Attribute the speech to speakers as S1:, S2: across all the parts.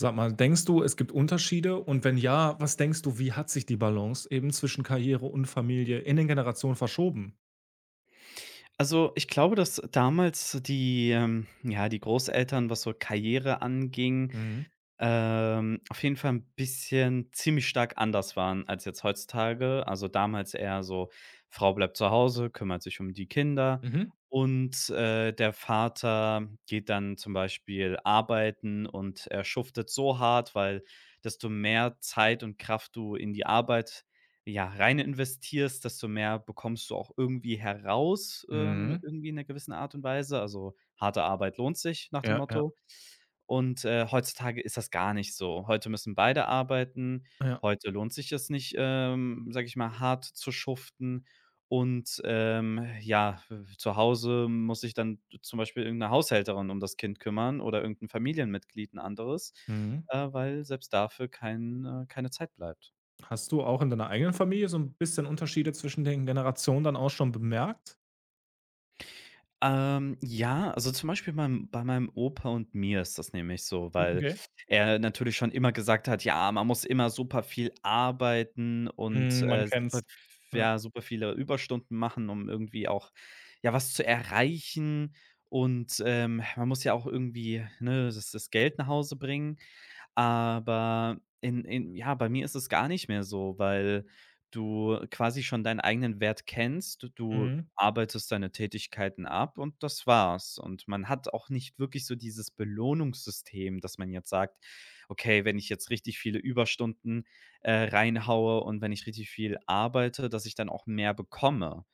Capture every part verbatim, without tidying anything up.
S1: Sag mal, denkst du, es gibt Unterschiede? Und wenn ja, was denkst du, wie hat sich die Balance eben zwischen Karriere und Familie in den Generationen verschoben?
S2: Also, ich glaube, dass damals so die, ähm ja, die Großeltern, was so Karriere anging,
S1: Mhm.
S2: ähm, auf jeden Fall ein bisschen ziemlich stark anders waren als jetzt heutzutage. Also, damals eher so: Frau bleibt zu Hause, kümmert sich um die Kinder
S1: Mhm.
S2: und, äh, der Vater geht dann zum Beispiel arbeiten und er schuftet so hart, weil desto mehr Zeit und Kraft du in die Arbeit, ja, rein investierst, desto mehr bekommst du auch irgendwie heraus, ähm,
S1: Mhm.
S2: irgendwie in einer gewissen Art und Weise. Also, harte Arbeit lohnt sich nach dem
S1: Ja, ja,
S2: Motto. Und, äh, heutzutage ist das gar nicht so. Heute müssen beide arbeiten.
S1: ja.
S2: Heute lohnt sich es nicht, ähm, sage ich mal, hart zu schuften. Und, ähm, ja, zu Hause muss sich dann zum Beispiel irgendeine Haushälterin um das Kind kümmern oder irgendein Familienmitglied, ein anderes,
S1: Mhm.
S2: äh, weil selbst dafür kein äh, keine Zeit bleibt.
S1: Hast du auch in deiner eigenen Familie so ein bisschen Unterschiede zwischen den Generationen dann auch schon bemerkt?
S2: Ähm, ja, also zum Beispiel meinem bei meinem Opa und mir ist das nämlich so, weil
S1: Okay.
S2: er natürlich schon immer gesagt hat: „Ja, man muss immer super viel arbeiten und,
S1: Mhm, man
S2: äh, super
S1: kennt's. Ja.
S2: ja, super viele Überstunden machen, um irgendwie auch, ja, was zu erreichen und, ähm, man muss ja auch irgendwie, ne, das das Geld nach Hause bringen." Aber in in ja, bei mir ist es gar nicht mehr so, weil du quasi schon deinen eigenen Wert kennst. Du
S1: Mhm.
S2: arbeitest deine Tätigkeiten ab und das war's. Und man hat auch nicht wirklich so dieses Belohnungssystem, dass man jetzt sagt: „Okay, wenn ich jetzt richtig viele Überstunden, äh, reinhaue und wenn ich richtig viel arbeite, dass ich dann auch mehr bekomme."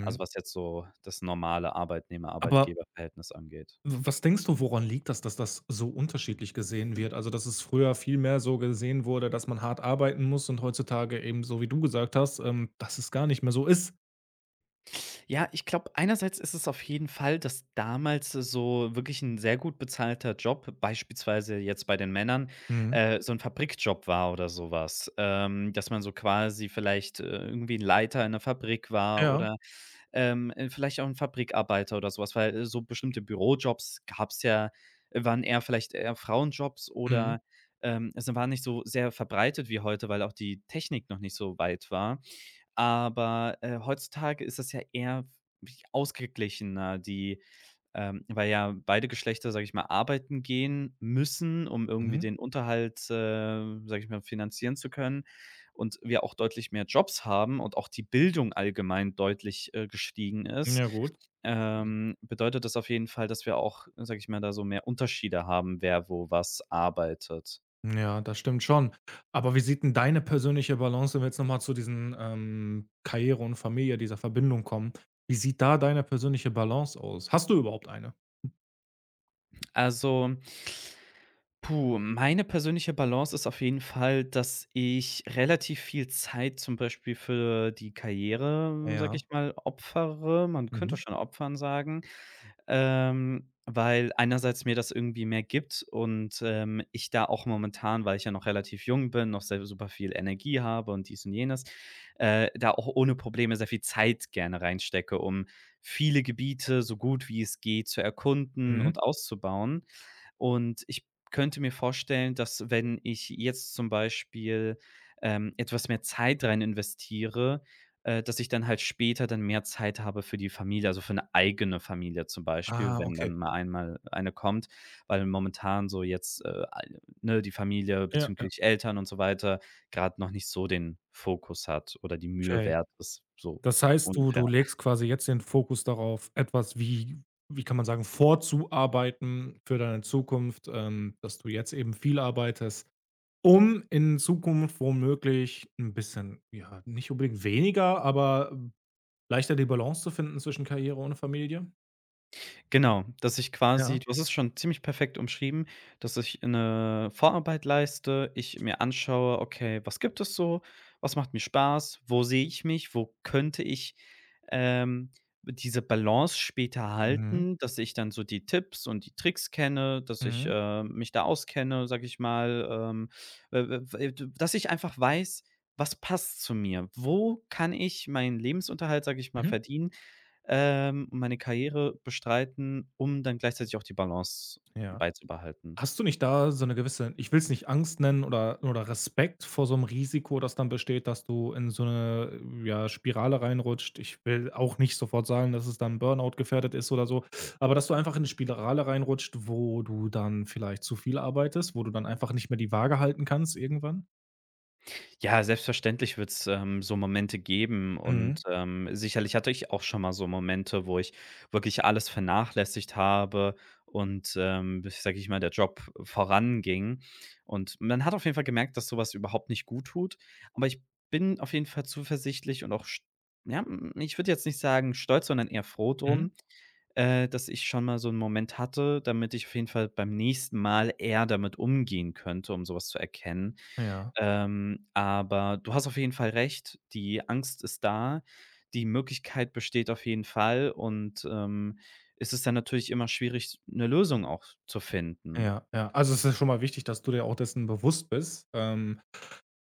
S2: Also, was jetzt so das normale
S1: Aber.
S2: Arbeitnehmer-Arbeitgeber-Verhältnis angeht.
S1: Was denkst du, woran liegt das, dass das so unterschiedlich gesehen wird? Also, dass es früher viel mehr so gesehen wurde, dass man hart arbeiten muss und heutzutage eben so wie du gesagt hast, ähm, dass es gar nicht mehr so ist.
S2: Ja, ich glaube, einerseits ist es auf jeden Fall, dass damals so wirklich ein sehr gut bezahlter Job, beispielsweise jetzt bei den Männern,
S1: Mhm.
S2: äh, so ein Fabrikjob war oder sowas, Ähm, dass man so quasi vielleicht, äh, irgendwie ein Leiter in 'ner Fabrik war
S1: Ja.
S2: oder, ähm, äh, vielleicht auch ein Fabrikarbeiter oder sowas, weil, äh, so bestimmte Bürojobs gab es ja äh, waren eher vielleicht eher Frauenjobs
S1: Mhm.
S2: oder, ähm, es war nicht so sehr verbreitet wie heute, weil auch die Technik noch nicht so weit war. Aber, äh, heutzutage ist das ja eher w ausgeglichener, die ähm, weil ja beide Geschlechter, sage ich mal, arbeiten gehen müssen, um irgendwie
S1: Mhm.
S2: den Unterhalt, äh, sage ich mal, finanzieren zu können und wir auch deutlich mehr Jobs haben und auch die Bildung allgemein deutlich, äh, gestiegen ist,
S1: Ja gut. Stimmt.
S2: ähm, bedeutet das auf jeden Fall, dass wir auch, sage ich mal, da so mehr Unterschiede haben, wer wo was arbeitet.
S1: Ja, das stimmt schon. Aber wie sieht denn deine persönliche Balance, wenn wir jetzt nochmal zu diesen, ähm, Karriere und Familie, dieser Verbindung kommen, wie sieht da deine persönliche Balance aus? Hast du überhaupt eine?
S2: Also, puh, meine persönliche Balance ist auf jeden Fall, dass ich relativ viel Zeit zum Beispiel für die Karriere, sage
S1: Ja.
S2: ich mal, opfere. Man könnte
S1: Mhm.
S2: schon opfern sagen, ähm, weil einerseits mir das irgendwie mehr gibt und, ähm, ich da auch momentan, weil ich ja noch relativ jung bin, noch sehr super viel Energie habe und dies und jenes, äh, da auch ohne Probleme sehr viel Zeit gerne reinstecke, um viele Gebiete so gut wie es geht zu erkunden
S1: Mhm.
S2: und auszubauen. Und ich könnte mir vorstellen, dass wenn ich jetzt zum Beispiel, ähm, etwas mehr Zeit rein investiere, äh, dass ich dann halt später dann mehr Zeit habe für die Familie, also für eine eigene Familie zum Beispiel,
S1: Ah,
S2: wenn
S1: okay.
S2: dann mal einmal eine kommt, weil momentan so jetzt, äh, al ne, die Familie
S1: Ja, ja,
S2: bezüglich Eltern und so weiter gerade noch nicht so den Fokus hat oder die Mühe
S1: okay.
S2: wert ist, so
S1: Das heißt, du
S2: ungefähr.
S1: du legst quasi jetzt den Fokus darauf, etwas wie wie kann man sagen, vorzuarbeiten für deine Zukunft, ähm, dass du jetzt eben viel arbeitest, um in Zukunft womöglich ein bisschen ja, nicht unbedingt weniger, aber, ähm, leichter die Balance zu finden zwischen Karriere und Familie?
S2: Genau, dass ich
S1: Ja.
S2: quasi du hast es schon ziemlich perfekt umschrieben, dass ich eine Vorarbeit leiste, ich mir anschaue: „Okay, was gibt es so? Was macht mir Spaß? Wo sehe ich mich? Wo könnte ich, ähm, diese Balance später
S1: Mhm.
S2: halten?" Dass ich dann so die Tipps und die Tricks kenne, dass ich,
S1: Mhm.
S2: äh, mich da auskenne, sage ich mal, ähm, äh, w dass ich einfach weiß, was passt zu mir? Wo kann ich meinen Lebensunterhalt, sage ich mal,
S1: Mhm.
S2: verdienen, ähm, und meine Karriere bestreiten, um dann gleichzeitig auch die Balance
S1: Ja.
S2: beizubehalten.
S1: Hast du nicht da so eine gewisse ich will es nicht Angst nennen oder oder Respekt vor so einem Risiko, das dann besteht, dass du in so eine ja, Spirale reinrutscht? Ich will auch nicht sofort sagen, dass es dann Burnout gefährdet ist oder so, aber dass du einfach in eine Spirale reinrutscht, wo du dann vielleicht zu viel arbeitest, wo du dann einfach nicht mehr die Waage halten kannst irgendwann?
S2: Ja, selbstverständlich wird's, ähm, so Momente geben
S1: Mhm,
S2: und, ähm, sicherlich hatte ich auch schon mal so Momente, wo ich wirklich alles vernachlässigt habe und, ähm, sage ich mal, der Job voranging. Und man hat auf jeden Fall gemerkt, dass sowas überhaupt nicht gut tut. Aber ich bin auf jeden Fall zuversichtlich und auch st ja, hm, ich würde jetzt nicht sagen stolz, sondern eher froh
S1: mhm.
S2: drum, äh, dass ich schon mal so einen Moment hatte, damit ich auf jeden Fall beim nächsten Mal eher damit umgehen könnte, um sowas zu erkennen.
S1: Ja,
S2: Ähm, aber du hast auf jeden Fall recht, die Angst ist da, die Möglichkeit besteht auf jeden Fall und, ähm, es ist dann natürlich immer schwierig, eine Lösung auch zu finden.
S1: ja, ja. Also, es ist schon mal wichtig, dass du dir auch dessen bewusst bist, ähm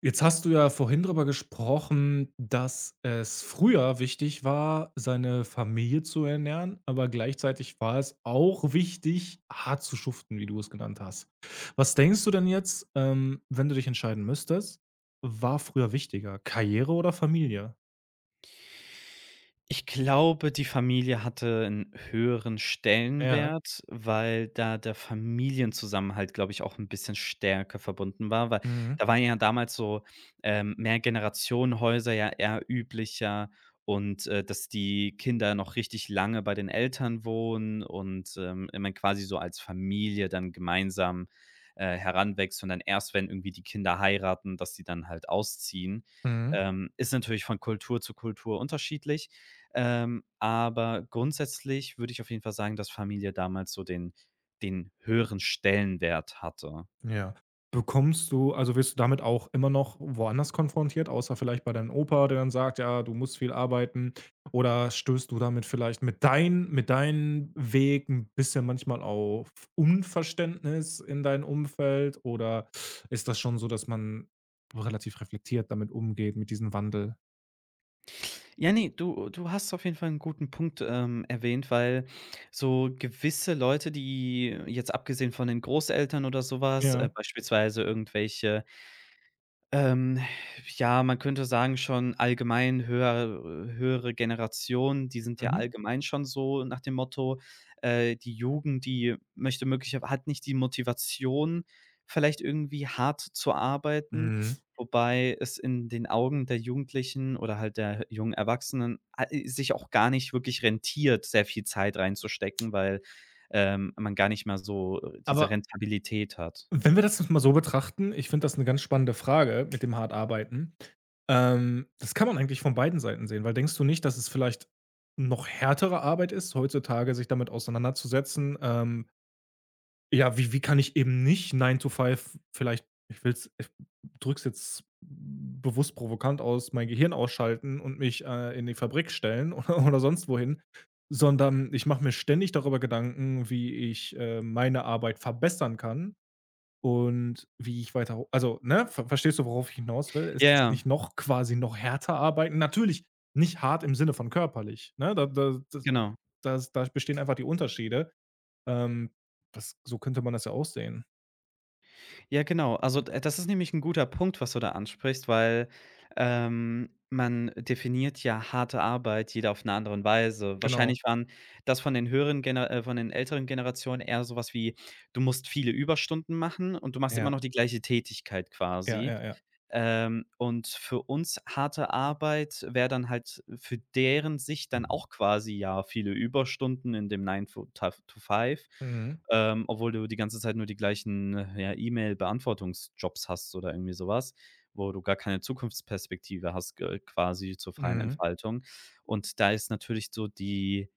S1: Jetzt hast du ja vorhin darüber gesprochen, dass es früher wichtig war, seine Familie zu ernähren, aber gleichzeitig war es auch wichtig, hart zu schuften, wie du es genannt hast. Was denkst du denn jetzt, ähm, wenn du dich entscheiden müsstest, war früher wichtiger, Karriere oder Familie?
S2: Ich glaube, die Familie hatte 'n höheren
S1: Ja.
S2: Stellenwert, weil da der Familienzusammenhalt, glaube ich, auch 'n bisschen stärker verbunden war, weil
S1: Mhm.
S2: da waren ja damals so, ähm, Mehrgenerationenhäuser ja eher üblicher und, äh, dass die Kinder noch richtig lange bei den Eltern wohnen und, ähm, man quasi so als Familie dann gemeinsam, äh, heranwächst und dann erst, wenn irgendwie die Kinder heiraten, dass sie dann halt ausziehen.
S1: Mhm.
S2: Ähm, ist natürlich von Kultur zu Kultur unterschiedlich, ähm, aber grundsätzlich würde ich auf jeden Fall sagen, dass Familie damals so den den höheren Stellenwert hatte.
S1: Ja. Bekommst du also wirst du damit auch immer noch woanders konfrontiert, außer vielleicht bei deinem Opa, der dann sagt: „Ja, du musst viel arbeiten.“ Oder stößt du damit vielleicht mit dein mit deinem Weg 'n bisschen manchmal auf Unverständnis in deinem Umfeld? Oder ist das schon so, dass man relativ reflektiert damit umgeht, mit diesem Wandel?
S2: Ja, ne, du du hast auf jeden Fall einen guten Punkt, ähm, erwähnt, weil so gewisse Leute, die jetzt abgesehen von den Großeltern oder sowas, äh,
S1: Ja.
S2: beispielsweise irgendwelche. Ähm, ja, man könnte sagen schon allgemein höher äh, höhere Generationen, die sind ja
S1: Mhm.
S2: allgemein schon so nach dem Motto, äh, die Jugend, die möchte möglicherweise hat nicht die Motivation, vielleicht irgendwie hart zu arbeiten,
S1: Mhm.
S2: wobei es in den Augen der Jugendlichen oder halt der jungen Erwachsenen a sich auch gar nicht wirklich rentiert, sehr viel Zeit reinzustecken, weil, ähm, man gar nicht mehr so äh,
S1: Aber.
S2: diese Rentabilität hat.
S1: Wenn wir das jetzt mal so betrachten, ich finde das eine ganz spannende Frage mit dem hart arbeiten. Ähm, das kann man eigentlich von beiden Seiten sehen, weil denkst du nicht, dass es vielleicht noch härtere Arbeit ist, heutzutage sich damit auseinanderzusetzen, ähm, ja, wie wie kann ich eben nicht nine to five vielleicht ich will's ich drücke es jetzt bewusst provokant aus, mein Gehirn ausschalten und mich, äh, in die Fabrik stellen oder oder sonst wohin, sondern ich mache mir ständig darüber Gedanken, wie ich, äh, meine Arbeit verbessern kann und wie ich weiter also, ne, ver verstehst du, worauf ich hinaus will? Es
S2: Ja,
S1: ist
S2: ja,
S1: nicht noch quasi noch härter arbeiten. Natürlich nicht hart im Sinne von körperlich, ne? Da da das
S2: genau.
S1: das da bestehen einfach die Unterschiede. Ähm, Das so könnte man das ja aussehen.
S2: Ja, genau. Also, d das ist nämlich ein guter Punkt, was du da ansprichst, weil, ähm, man definiert ja harte Arbeit jeder auf eine andere Weise.
S1: Genau.
S2: Wahrscheinlich waren das von den höheren Gener äh, von den älteren Generationen eher so was wie: „Du musst viele Überstunden machen und du machst immer
S1: Ja,
S2: noch die gleiche Tätigkeit
S1: ja,
S2: quasi."
S1: ja, ja.
S2: Ähm, und für uns harte Arbeit wäre dann halt für deren Sicht dann auch quasi, ja, viele Überstunden in dem Nine to Five,
S1: Mhm,
S2: ähm, obwohl du die ganze Zeit nur die gleichen, äh, ja, E-Mail-Beantwortungsjobs hast oder irgendwie sowas, wo du gar keine Zukunftsperspektive hast, g quasi zur freien
S1: mhm.
S2: Entfaltung. Und da ist natürlich so die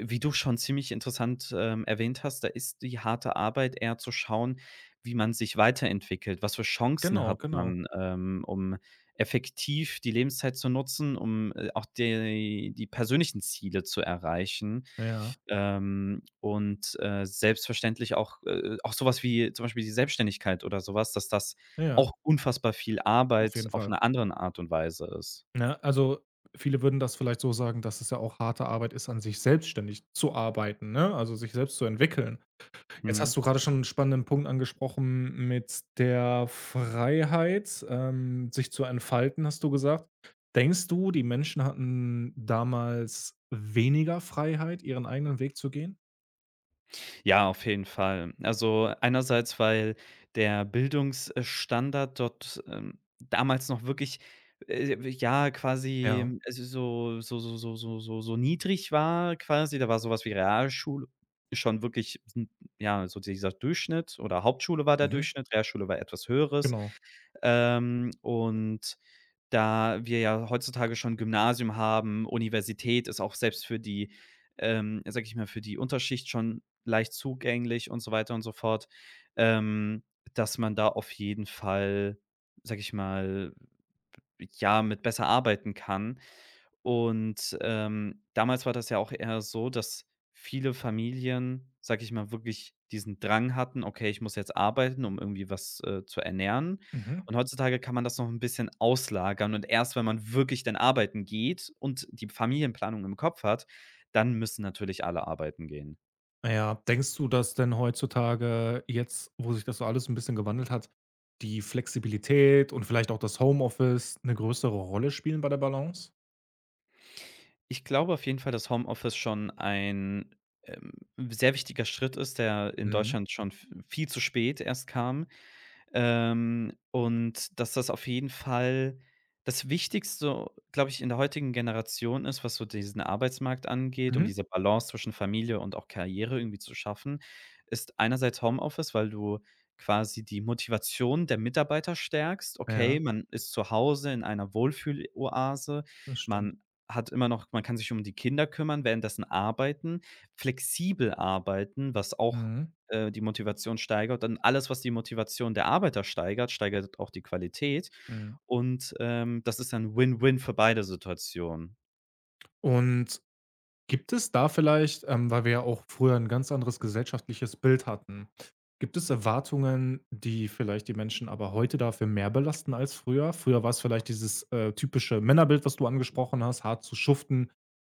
S2: wie du schon ziemlich interessant, ähm, erwähnt hast, da ist die harte Arbeit eher zu schauen, wie man sich weiterentwickelt. Was für Chancen
S1: Genau,
S2: hat
S1: genau.
S2: man, ähm, um effektiv die Lebenszeit zu nutzen, um, äh, auch die die persönlichen Ziele zu erreichen.
S1: Ja,
S2: Ähm, und, äh, selbstverständlich auch, äh auch sowas wie zum Beispiel die Selbstständigkeit oder sowas, dass das
S1: ja,
S2: auch unfassbar viel
S1: auf
S2: Arbeit
S1: jeden
S2: auf
S1: Fall.
S2: 'ner anderen Art und Weise ist.
S1: Ne, also, viele würden das vielleicht so sagen, dass es ja auch harte Arbeit ist, an sich selbstständig zu arbeiten, ne? Also, sich selbst zu entwickeln. Jetzt
S2: Mhm.
S1: hast du gerade schon einen spannenden Punkt angesprochen mit der Freiheit, ähm, sich zu entfalten, hast du gesagt. Denkst du, die Menschen hatten damals weniger Freiheit, ihren eigenen Weg zu gehen?
S2: Ja, auf jeden Fall. Also, einerseits, weil der Bildungsstandard dort, ähm, damals noch wirklich, äh, ja, quasi,
S1: Ja.
S2: ähm, also, so so so so so so so niedrig war quasi. Da war sowas wie Realschule schon wirklich, hm, ja, so dieser Durchschnitt oder Hauptschule war der
S1: Mhm.
S2: Durchschnitt, Realschule war etwas Höheres.
S1: Genau.
S2: Ähm, und da wir ja heutzutage schon Gymnasium haben, Universität ist auch selbst für die, ähm, sage ich mal, für die Unterschicht schon leicht zugänglich und so weiter und so fort, ähm, dass man da auf jeden Fall, sage ich mal, ja, mit besser arbeiten kann. Und, ähm, damals war das ja auch eher so, dass viele Familien, sage ich mal, wirklich diesen Drang hatten: „Okay, ich muss jetzt arbeiten, um irgendwie was, äh, zu ernähren."
S1: Mhm.
S2: Und heutzutage kann man das noch ein bisschen auslagern und erst wenn man wirklich dann arbeiten geht und die Familienplanung im Kopf hat, dann müssen natürlich alle arbeiten gehen.
S1: Ja. Denkst du, dass denn heutzutage jetzt, wo sich das so alles ein bisschen gewandelt hat, die Flexibilität und vielleicht auch das Homeoffice eine größere Rolle spielen bei der Balance?
S2: Ich glaube auf jeden Fall, dass Homeoffice schon ein, ähm, sehr wichtiger Schritt ist, der in
S1: Mhm.
S2: Deutschland schon v viel zu spät erst kam. Ähm, und dass das auf jeden Fall das Wichtigste, glaube ich, in der heutigen Generation ist, was so diesen Arbeitsmarkt angeht, um
S1: Mhm.
S2: diese Balance zwischen Familie und auch Karriere irgendwie zu schaffen, ist einerseits Homeoffice, weil du quasi die Motivation der Mitarbeiter stärkst.
S1: Ja,
S2: Okay, man ist zu Hause in einer Wohlfühloase,
S1: das stimmt.
S2: man hat immer noch man kann sich um die Kinder kümmern, währenddessen arbeiten, flexibel arbeiten, was auch
S1: Mhm.
S2: äh, die Motivation steigert. Und alles, was die Motivation der Arbeiter steigert, steigert auch die Qualität.
S1: Mhm.
S2: Und, ähm, das ist dann Win-Win für beide Situationen.
S1: Und. Gibt es da vielleicht, ähm, weil wir ja auch früher ein ganz anderes gesellschaftliches Bild hatten gibt es Erwartungen, die vielleicht die Menschen aber heute dafür mehr belasten als früher? Früher war es vielleicht dieses, äh, typische Männerbild, was du angesprochen hast, hart zu schuften.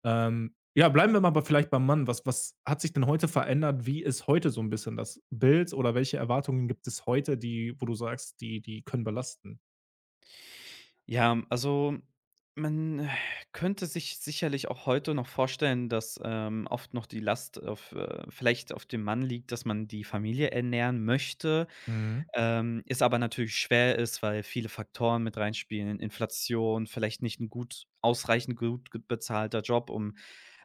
S1: Ähm, ja, bleiben wir mal aber vielleicht beim Mann. Was was hat sich denn heute verändert? Wie ist heute so ein bisschen das Bild oder welche Erwartungen gibt es heute, die wo du sagst, die die können belasten?
S2: Ja, also, man äh, könnte sich sicherlich auch heute noch vorstellen, dass, ähm, oft noch die Last auf äh, vielleicht auf dem Mann liegt, dass man die Familie ernähren möchte.
S1: Mhm.
S2: Ähm, es aber natürlich schwer ist, weil viele Faktoren mit reinspielen, Inflation, vielleicht nicht ein gut ausreichend gut ge bezahlter Job, um,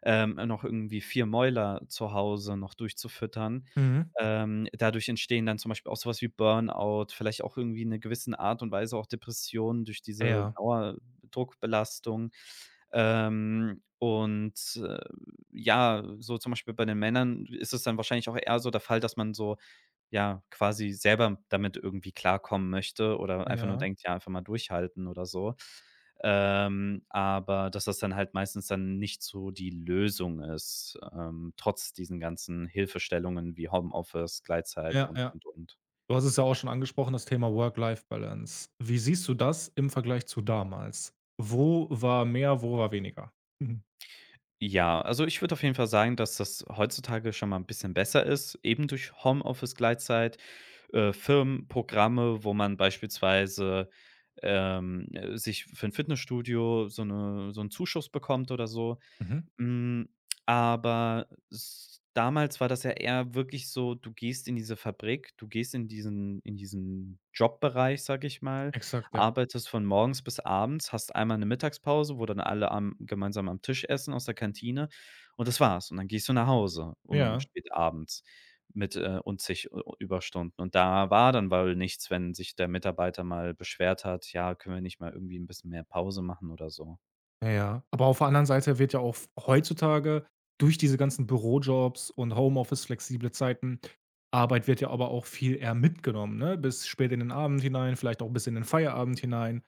S2: ähm, noch irgendwie vier Mäuler zu Hause noch durchzufüttern.
S1: Mhm.
S2: Ähm, dadurch entstehen dann zum Beispiel auch sowas wie Burnout, vielleicht auch irgendwie in 'ner gewissen Art und Weise auch Depressionen durch diese
S1: Ja.
S2: Dauerdruckbelastung. Ähm, und, äh, ja, so zum Beispiel bei den Männern ist es dann wahrscheinlich auch eher so der Fall, dass man so ja, quasi selber damit irgendwie klarkommen möchte oder einfach nur
S1: Ja.
S2: denkt: „Ja, einfach mal durchhalten" oder so. Ähm, aber dass das dann halt meistens dann nicht so die Lösung ist, ähm, trotz diesen ganzen Hilfestellungen wie Homeoffice, Gleitzeit
S1: Ja,
S2: und,
S1: ja.
S2: und, und.
S1: Du hast es ja auch schon angesprochen, das Thema Work-Life-Balance. Wie siehst du das im Vergleich zu damals? Wo war mehr, wo war weniger? Mhm.
S2: Ja, also ich würde auf jeden Fall sagen, dass das heutzutage schon mal ein bisschen besser ist, eben durch Homeoffice gleichzeitig, äh, Firmenprogramme, wo man beispielsweise, ähm, äh, sich für ein Fitnessstudio so 'ne so 'n Zuschuss bekommt oder so.
S1: Mhm.
S2: Hm, aber s damals war das ja eher wirklich so, du gehst in diese Fabrik, du gehst in diesen in diesen Jobbereich, sage ich mal,
S1: Exakt, ja.
S2: arbeitest von morgens bis abends, hast einmal 'ne Mittagspause, wo dann alle am gemeinsam am Tisch essen aus der Kantine und das war's. Und dann gehst du nach Hause um
S1: Ja,
S2: spät abends mit, äh, unzig U U Überstunden. Und da war dann wohl nichts, wenn sich der Mitarbeiter mal beschwert hat: „Ja, können wir nicht mal irgendwie 'n bisschen mehr Pause machen oder so?"
S1: ja, ja. Aber auf der anderen Seite wird ja auch heutzutage durch diese ganzen Bürojobs und Homeoffice, flexible Zeiten, Arbeit wird ja aber auch viel eher mitgenommen, ne? Bis spät in den Abend hinein, vielleicht auch bis in den Feierabend hinein.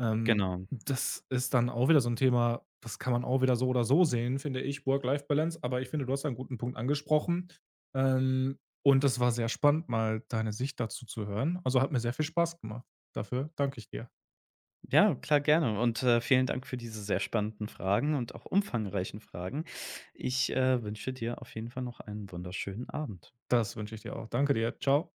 S1: Ähm,
S2: Genau.
S1: Das ist dann auch wieder so 'n Thema, das kann man auch wieder so oder so sehen, finde ich, Work-Life-Balance, aber ich finde, du hast da 'n guten Punkt angesprochen. Ähm, und das war sehr spannend, mal deine Sicht dazu zu hören. Also, hat mir sehr viel Spaß gemacht. Dafür danke ich dir.
S2: Ja, klar, gerne. Und äh, vielen Dank für diese sehr spannenden Fragen und auch umfangreichen Fragen. Ich äh, wünsche dir auf jeden Fall noch einen wunderschönen Abend.
S1: Das wünsche ich dir auch. Danke dir. Tschau.